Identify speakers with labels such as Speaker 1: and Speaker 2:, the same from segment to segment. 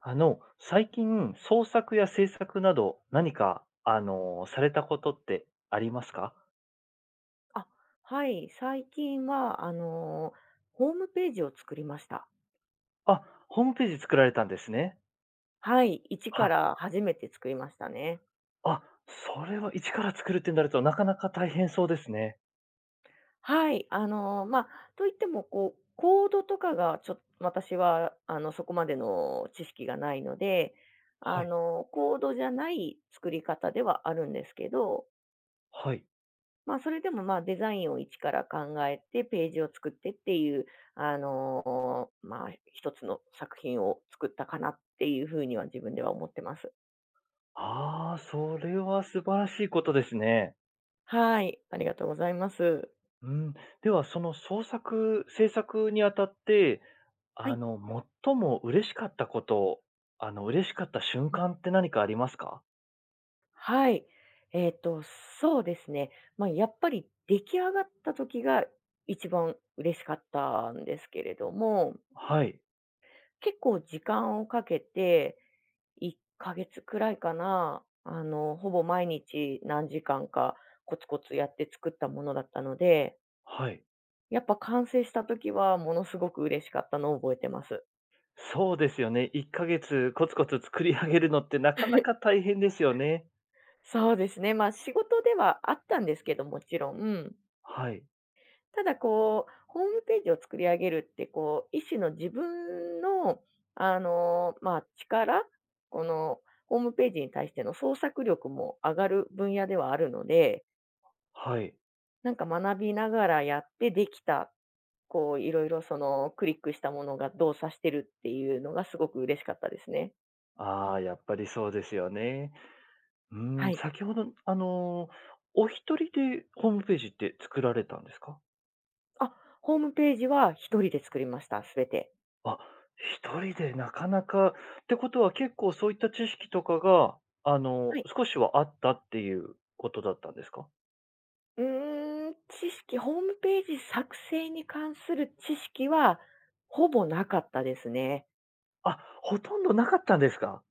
Speaker 1: 最近、創作や制作など、何か、されたことってありますか？
Speaker 2: あ、はい。最近は、ホームページを作りました。
Speaker 1: あ、ホームページ作られたんですね。
Speaker 2: はい。一
Speaker 1: は
Speaker 2: か
Speaker 1: い。
Speaker 2: ら初めて作りましたね。
Speaker 1: あ、それは一から作るってなると、なかなか大変そうですね。
Speaker 2: はい。といっても、コードとかがちょっと私は、そこまでの知識がないので、
Speaker 1: はい、
Speaker 2: コードじゃない作り方ではあるんですけど、
Speaker 1: はい。
Speaker 2: それでも、デザインを一から考えて、ページを作ってっていう、一つの作品を作ったかなっていう風には自分では思ってます。
Speaker 1: ああ、それは素晴らしいことですね。
Speaker 2: はい、ありがとうございます。
Speaker 1: うん。では、その創作制作にあたって、
Speaker 2: は
Speaker 1: あ
Speaker 2: い。
Speaker 1: の、最も嬉しかったこと、嬉しかった瞬
Speaker 2: うん。
Speaker 1: 間って何かありますか？
Speaker 2: はい。えっと、そうですね。やっぱり出来上がった時が一番嬉しかったんですけれども、
Speaker 1: はい、
Speaker 2: 結構時間をかけて、1ヶ月くらいかな、ほぼ毎日何時間かコツコツやって作ったものだったので、
Speaker 1: はい。
Speaker 2: やっぱ完成した時はものすごく嬉しかったのを覚えてます。
Speaker 1: そうですよね。1ヶ月コツコツ作り上げるのってなかなか大変ですよね。
Speaker 2: そうですね、仕事ではあったんですけど、もちろん。
Speaker 1: はい。
Speaker 2: ただホームページを作り上げるって、一種の自分の、力この、ホームページに対しての創作力も上がる分野ではあるので、
Speaker 1: はい。
Speaker 2: なんか学びながらやってできた、いろいろクリックしたものが動作してるっていうのがすごく嬉しかったですね。
Speaker 1: ああ、やっぱりそうですよね。う
Speaker 2: は
Speaker 1: ん、
Speaker 2: い。
Speaker 1: 先ほど、お一人でホームページって作られたんですか？
Speaker 2: あ、ホームページは一人で作りました、すべて。
Speaker 1: あ、一人でなかなかってことは結構そういった知識とかが、
Speaker 2: はい。
Speaker 1: 少しはあったっていうことだったんですか？
Speaker 2: うーん、知識、ホームページ作成に関する知識はほぼなかったですね。
Speaker 1: あ、ほとんどなかったんですか？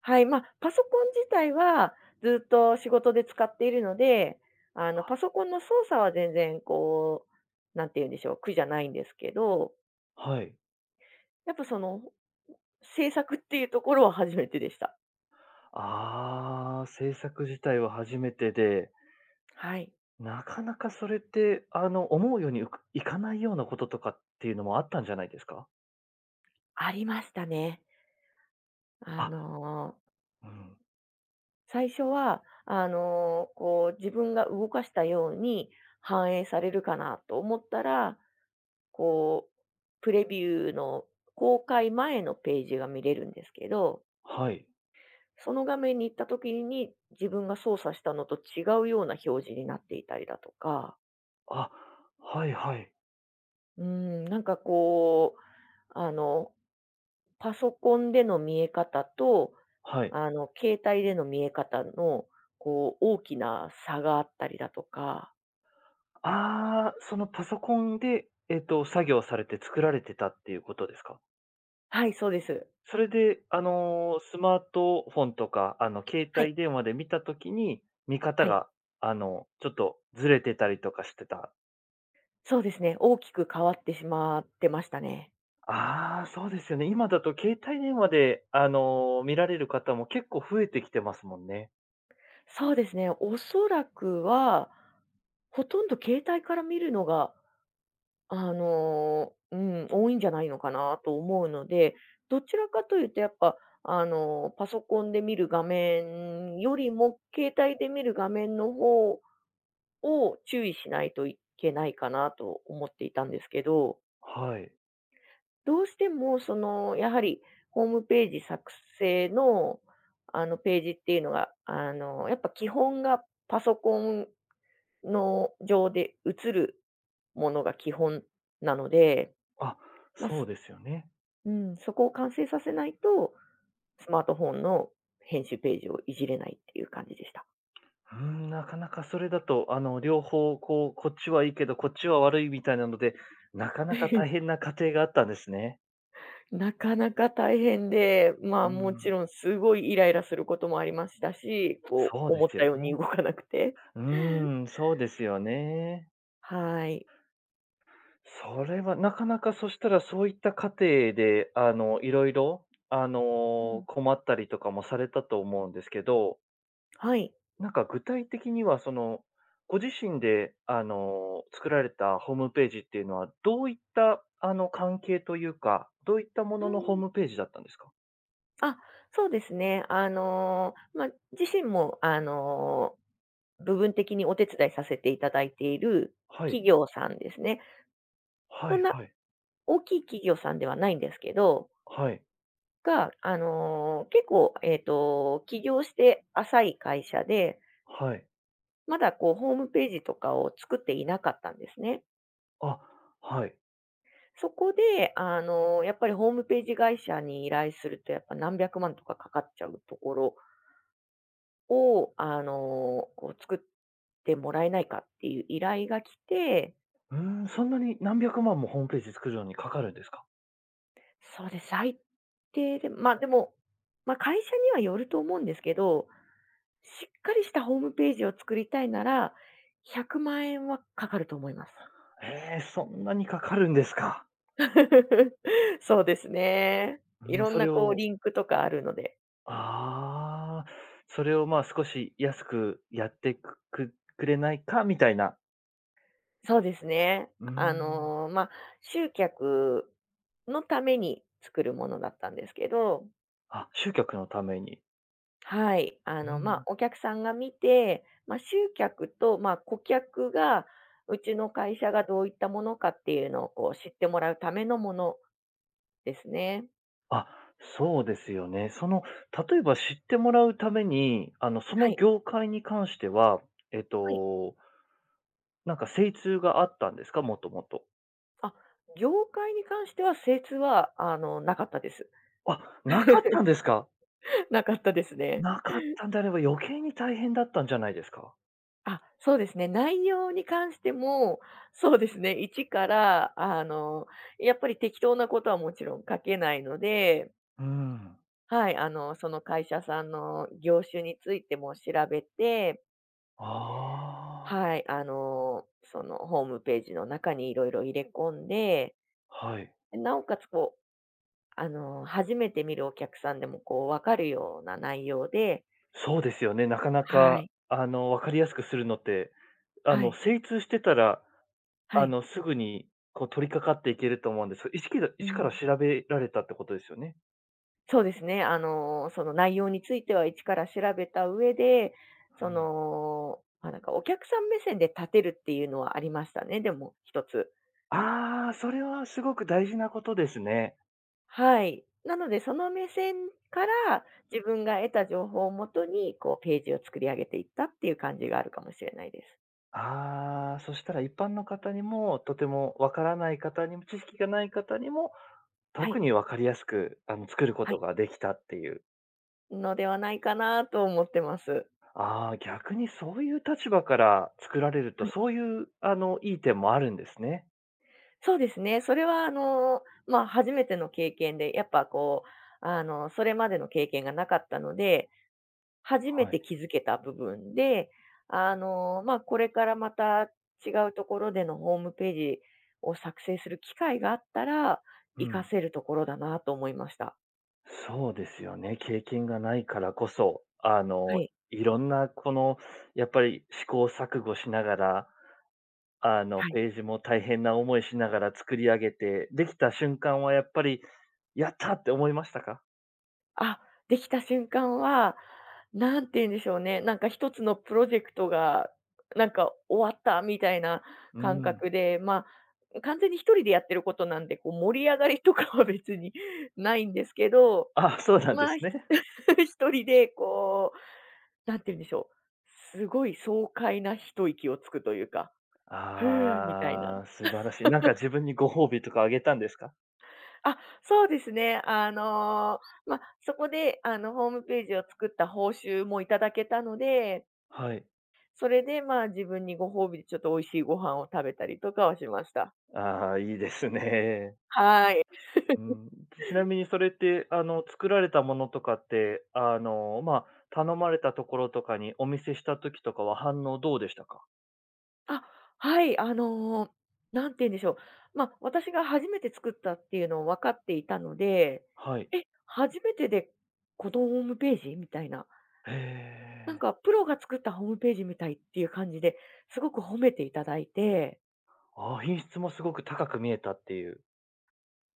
Speaker 2: はい、パソコン自体はずっと仕事で使っているので、パソコンの操作は全然なんて言うんでしょう、苦じゃないんですけど、
Speaker 1: はい。
Speaker 2: やっぱ制作っていうところは初めてでした。
Speaker 1: ああ、制作自体は初めてで
Speaker 2: はい。
Speaker 1: なかなかそれって、思うようにうくいかないようなこととかっていうのもあったんじゃないですか？
Speaker 2: ありましたね。あ
Speaker 1: あ、
Speaker 2: の
Speaker 1: うん、
Speaker 2: 最初は、自分が動かしたように反映されるかなと思ったら、こう、プレビューの公開前のページが見れるんですけど、
Speaker 1: はい。
Speaker 2: その画面に行った時に自分が操作したのと違うような表示になっていたりだとか、
Speaker 1: あ、はいはい。
Speaker 2: うん、なんかパソコンでの見え方と、
Speaker 1: はい。
Speaker 2: 携帯での見え方の、大きな差があったりだとか、
Speaker 1: ああ、そのパソコンで、作業されて作られてたっていうことですか？
Speaker 2: はい、そうです。
Speaker 1: それで、スマートフォンとか、携
Speaker 2: はい、
Speaker 1: 帯電話で見たときに、見方
Speaker 2: はい。
Speaker 1: が、ちょっとずれてたりとかしてた。
Speaker 2: そうですね、大きく変わってしまってましたね。
Speaker 1: ああ、そうですよね。今だと携帯電話で、見られる方も結構増えてきてますもんね。
Speaker 2: そうですね、おそらくは、ほとんど携帯から見るのが、多いんじゃないのかなと思うので、どちらかというとやっぱ、パソコンで見る画面よりも、携帯で見る画面の方を注意しないといけないかなと思っていたんですけど。
Speaker 1: はい。
Speaker 2: どうしてもやはりホームページ作成の、ページっていうのが、やっぱ基本がパソコンの上で映るものが基本なので、
Speaker 1: あ、
Speaker 2: まあ、
Speaker 1: そう
Speaker 2: す
Speaker 1: ですよね。
Speaker 2: うん、そこを完成させないと、スマートフォンの編集ページをいじれないっていう感じでした。
Speaker 1: うん、なかなかそれだと、両方、こっちはいいけど、こっちは悪いみたいなので、なかなか大変 な家庭があったんですね。
Speaker 2: なかなか大変で、
Speaker 1: う
Speaker 2: もち
Speaker 1: ん、
Speaker 2: ろんすごいイライラすることもありましたし、
Speaker 1: そうで
Speaker 2: 思っ
Speaker 1: す
Speaker 2: た
Speaker 1: よ
Speaker 2: ように動
Speaker 1: ね。
Speaker 2: かなくて。
Speaker 1: うーん、そうですよね。
Speaker 2: はい。
Speaker 1: それはなかなか、そしたらそういった過程で、いろいろ、困ったりとかもされたと思うんですけど、
Speaker 2: はい。
Speaker 1: なんか具体的にはご自身で、作られたホームページっていうのは、どういった、関係というか、どういったも
Speaker 2: う
Speaker 1: ののホー
Speaker 2: ん。
Speaker 1: ムページだったんですか？
Speaker 2: あ、そうですね。自身も、部分的にお手伝いさせていただいている
Speaker 1: はい。
Speaker 2: 企業さんですね。
Speaker 1: は
Speaker 2: そ
Speaker 1: い
Speaker 2: んな
Speaker 1: はい。
Speaker 2: 大きい企業さんではないんですけど、
Speaker 1: はい。
Speaker 2: が、結構、起業して浅い会社で、
Speaker 1: はい。
Speaker 2: まだホームページとかを作っていなかったんですね。
Speaker 1: あ、はい。
Speaker 2: そこで、やっぱりホームページ会社に依頼すると、やっぱ何百万とかかかっちゃうところを、作ってもらえないかっていう依頼が来て、
Speaker 1: うーん、そんなに何百万もホームページ作るのにかかるんですか？
Speaker 2: そうです、最低で、でも、会社にはよると思うんですけど、しっかりしたホームページを作りたいなら、100万円はかかると思います。
Speaker 1: ええ、そんなにかかるんですか。
Speaker 2: そうですね。い
Speaker 1: うん、
Speaker 2: ろん
Speaker 1: そ
Speaker 2: な
Speaker 1: れを
Speaker 2: リンクとかあるので。
Speaker 1: ああ、それを、まあ、少し安くやってくくくれないかみたいな。
Speaker 2: そうですね。
Speaker 1: うーん。
Speaker 2: 集客のために作るものだったんですけど。
Speaker 1: あ、集客のために。
Speaker 2: はい。
Speaker 1: うん。
Speaker 2: お客さんが見て、集客と、顧客が、うちの会社がどういったものかっていうのを、知ってもらうためのものですね。
Speaker 1: あ、そうですよね。例えば知ってもらうために、そ
Speaker 2: は
Speaker 1: の
Speaker 2: い。
Speaker 1: 業界に関しては、えっ
Speaker 2: はい。
Speaker 1: と、なんか精通があったんですか？もともと。
Speaker 2: あ、業界に関しては、精通は、なかったです。
Speaker 1: あ、なかったんですか？
Speaker 2: なかったですね。
Speaker 1: なかったんであれば余計に大変だったんじゃないですか？
Speaker 2: そうですね。内容に関しても、そうですね。一から、やっぱり適当なことはもちろん書けないので、
Speaker 1: うん。
Speaker 2: はい、その会社さんの業種についても調べて、
Speaker 1: あ
Speaker 2: はい、そのホームページの中にいろいろ入れ込んで、
Speaker 1: あ、はい。
Speaker 2: なおかつ初めて見るお客さんでもわかるような内容で、
Speaker 1: そうですよね。なかな
Speaker 2: は
Speaker 1: か、
Speaker 2: い、
Speaker 1: 分かりやすくするのって、
Speaker 2: はい、
Speaker 1: 精通してたら、
Speaker 2: はい、
Speaker 1: すぐにこう取り掛かっていけると思うんです。意識ら
Speaker 2: う
Speaker 1: 一か
Speaker 2: ん。
Speaker 1: ら調べられたってことですよね？
Speaker 2: そうですね、その内容については一から調べた上で、なんかお客さん目線で立てるっていうのはありましたね、でも、一つ。
Speaker 1: ああ、それはすごく大事なことですね。
Speaker 2: はい。なので、その目線から自分が得た情報をもとに、ページを作り上げていったっていう感じがあるかもしれないです。
Speaker 1: ああ、そしたら一般の方にも、とてもわからない方にも、知識がない方にも、
Speaker 2: は
Speaker 1: 特
Speaker 2: い、
Speaker 1: にわかりやすく、作るこ
Speaker 2: は
Speaker 1: と
Speaker 2: い。
Speaker 1: ができたっていう。
Speaker 2: のではないかなと思ってます。
Speaker 1: ああ、逆にそういう立場から作られると、
Speaker 2: はい。
Speaker 1: そういう、いい点もあるんですね。
Speaker 2: そうですね。それは初めての経験で、やっぱそれまでの経験がなかったので、初め
Speaker 1: はい。
Speaker 2: て気づけた部分で、これからまた違うところでのホームページを作成する機会があったら、
Speaker 1: う
Speaker 2: 活か
Speaker 1: ん。
Speaker 2: せるところだなと思いました。
Speaker 1: そうですよね。経験がないからこそ、
Speaker 2: はい。
Speaker 1: いろんな、やっぱり試行錯誤しながら、
Speaker 2: はい。
Speaker 1: ページも大変な思いしながら作り上げて、できた瞬間はやっぱり、やったって思いましたか？
Speaker 2: あ、できた瞬間は、なんて言うんでしょうね、なんか一つのプロジェクトが、なんか終わったみたいな
Speaker 1: う
Speaker 2: 感
Speaker 1: ん。
Speaker 2: 覚で、完全に一人でやってることなんで、盛り上がりとかは別に ないんですけど、
Speaker 1: あ、そうなんで
Speaker 2: まあ、
Speaker 1: す
Speaker 2: ひ
Speaker 1: ね。
Speaker 2: 一人でなんて言うんでしょう、すごい爽快な一息をつくというか、ふーみたいな。
Speaker 1: ああ、素晴らしい。なんか自分にご褒美とかあげたんですか？
Speaker 2: そうですね。そこでホームページを作った報酬もいただけたので、
Speaker 1: はい。
Speaker 2: それで自分にご褒美でちょっと美味しいご飯を食べたりとかはしました。
Speaker 1: ああ、いいですね。
Speaker 2: はい。
Speaker 1: うん。ちなみにそれって、作られたものとかって、まあ、頼まれたところとかにお見せした時とかは反応どうでしたか？
Speaker 2: あ、はい、なんて言うんでしょう。私が初めて作ったっていうのを分かっていたので、
Speaker 1: はい。
Speaker 2: え、初めてで子供ホームページ？みたいな。
Speaker 1: へ
Speaker 2: なん
Speaker 1: え。
Speaker 2: かプロが作ったホームページみたいっていう感じで、すごく褒めていただいて、
Speaker 1: ああ、品質もすごく高く見えたっていう。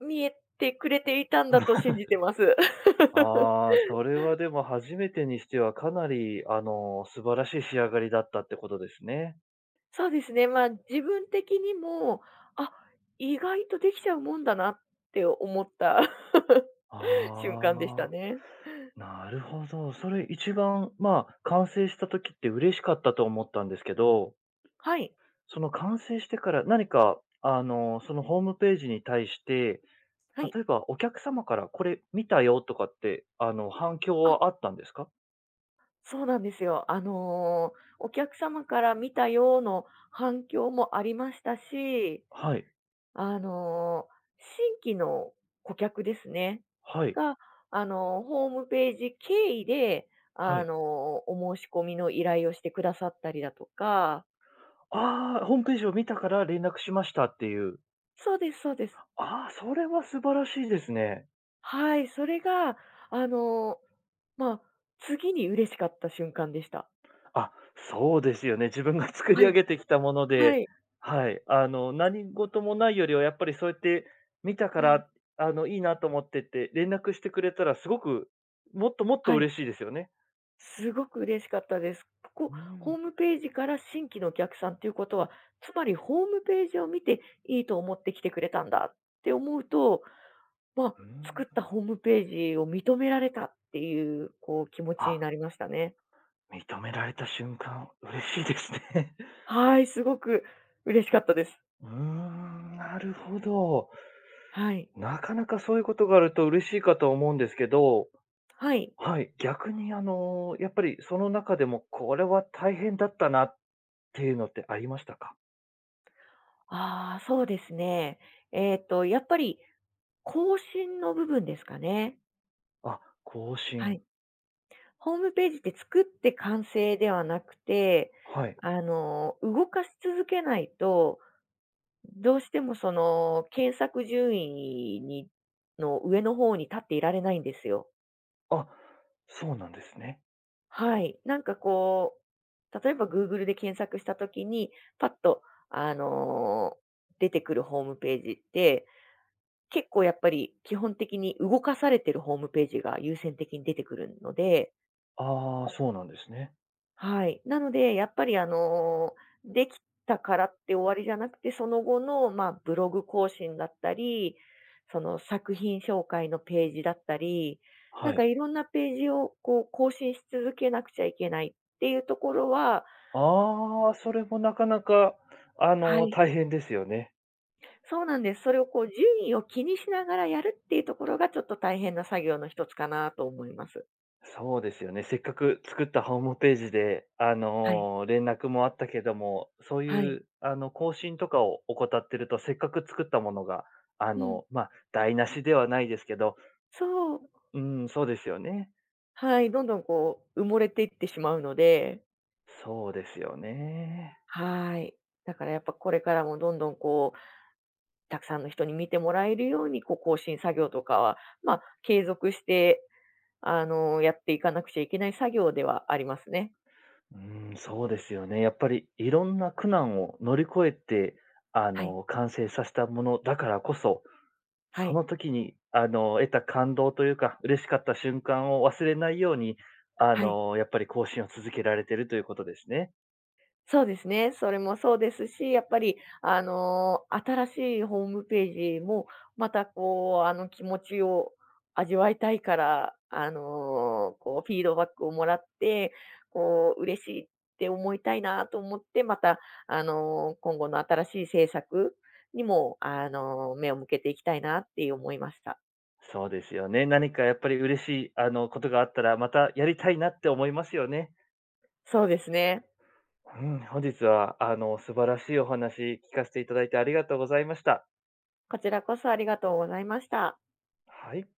Speaker 2: 見えてくれていたんだと信じてます。
Speaker 1: ああ、それはでも初めてにしてはかなり、素晴らしい仕上がりだったってことですね。
Speaker 2: そうですね、自分的にも、あ、意外とできちゃうもんだなって思った 瞬
Speaker 1: あ
Speaker 2: 間でした
Speaker 1: あ、
Speaker 2: ね。
Speaker 1: なるほど。それ一番、まあ、完成した時って嬉しかったと思ったんですけど、
Speaker 2: はい、
Speaker 1: その完成してから何か、そのホームページに対して、
Speaker 2: はい。
Speaker 1: 例えばお客様からこれ見たよとかって、反響はあったんですか？
Speaker 2: そうなんですよ。お客様から見たような反響もありましたし、
Speaker 1: はい、
Speaker 2: あの、新規の顧客ですね。
Speaker 1: はい、
Speaker 2: が、ホームページ経由で、
Speaker 1: はい。
Speaker 2: お申し込みの依頼をしてくださったりだとか。
Speaker 1: ああ、ホームページを見たから連絡しましたっていう。
Speaker 2: そうです、そうです。
Speaker 1: ああ、それは素晴らしいですね。
Speaker 2: はい、それが、あの、まあ、次に嬉しかった瞬間でした。
Speaker 1: あ、そうですよね。自分が作り
Speaker 2: は
Speaker 1: 上
Speaker 2: い、
Speaker 1: げてきたもの
Speaker 2: は
Speaker 1: で、
Speaker 2: い。
Speaker 1: はい。何事もないよりはやっぱりそうやって見たか
Speaker 2: うん。
Speaker 1: ら、いいなと思ってて、連絡してくれたらすごく、もっともっと
Speaker 2: はい。
Speaker 1: 嬉しいですよね。
Speaker 2: すごく嬉しかったです。ここ、
Speaker 1: う
Speaker 2: ホー
Speaker 1: ん、
Speaker 2: ムページから新規のお客さんっていうことは、つまりホームページを見ていいと思って来てくれたんだって思うと、
Speaker 1: うん。
Speaker 2: 作ったホームページを認められたっていう、気持ちに
Speaker 1: あ、
Speaker 2: なりましたね。
Speaker 1: 認められた瞬間、嬉しいですね。
Speaker 2: はい、すごく嬉しかったです。
Speaker 1: うーん、なるほど。
Speaker 2: はい。
Speaker 1: なかなかそういうことがあると嬉しいかと思うんですけど、
Speaker 2: はい。
Speaker 1: はい、逆にやっぱりその中でもこれは大変だったなっていうのってありましたか？
Speaker 2: ああ、そうですね。やっぱり更新の部分ですかね。
Speaker 1: あ、更
Speaker 2: は
Speaker 1: 新、
Speaker 2: い。ホームページって作って完成ではなくて、
Speaker 1: はい。
Speaker 2: 動かし続けないと、どうしてもその検索順位にの上の方に立っていられないんですよ。
Speaker 1: あ、そうなんですね。
Speaker 2: はい。なんか例えば Google で検索した時に、パッと、あの、出てくるホームページって、結構やっぱり基本的に動かされてるホームページが優先的に出てくるので。
Speaker 1: ああ、そうなんですね。
Speaker 2: はい。なので、やっぱりできたからって終わりじゃなくて、その後の、ブログ更新だったり、その作品紹介のページだったり、なん
Speaker 1: は
Speaker 2: か
Speaker 1: い。
Speaker 2: いろんなページを更新し続けなくちゃいけないっていうところは、
Speaker 1: ああ、それもなかなか、
Speaker 2: はい、
Speaker 1: 大変ですよね。
Speaker 2: そうなんです。それを順位を気にしながらやるっていうところがちょっと大変な作業の一つかなと思います。
Speaker 1: そうですよね。せっかく作ったホームページで、
Speaker 2: はい。
Speaker 1: 連絡もあったけども、そうい
Speaker 2: はい。
Speaker 1: う更新とかを怠ってると、せっかく作ったものが、
Speaker 2: うん。
Speaker 1: まあ、台無しではないですけど、
Speaker 2: そう。
Speaker 1: うん、そうですよね。
Speaker 2: はい。どんどん埋もれていってしまうので。
Speaker 1: そうですよね。
Speaker 2: はーい。だからやっぱこれからもどんどんたくさんの人に見てもらえるように、更新作業とかは、継続して、やっていかなくちゃいけない作業ではありますね。
Speaker 1: うん、そうですよね。やっぱりいろんな苦難を乗り越えて、
Speaker 2: はい、
Speaker 1: 完成させたものだからこそ、
Speaker 2: は
Speaker 1: そ
Speaker 2: い、
Speaker 1: の時に、得た感動というか、嬉しかった瞬間を忘れないように、
Speaker 2: はい。
Speaker 1: やっぱり更新を続けられてるということですね。
Speaker 2: そうですね。それもそうですし、やっぱり、新しいホームページも、また気持ちを味わいたいから、フィードバックをもらって、嬉しいって思いたいなと思って、また、今後の新しい政策にも、目を向けていきたいなって思いました。
Speaker 1: そうですよね。何かやっぱり嬉しい、ことがあったら、またやりたいなって思いますよね。
Speaker 2: そうですね。
Speaker 1: うん、本日は、素晴らしいお話聞かせていただいてありがとうございました。
Speaker 2: こちらこそありがとうございました。
Speaker 1: はい。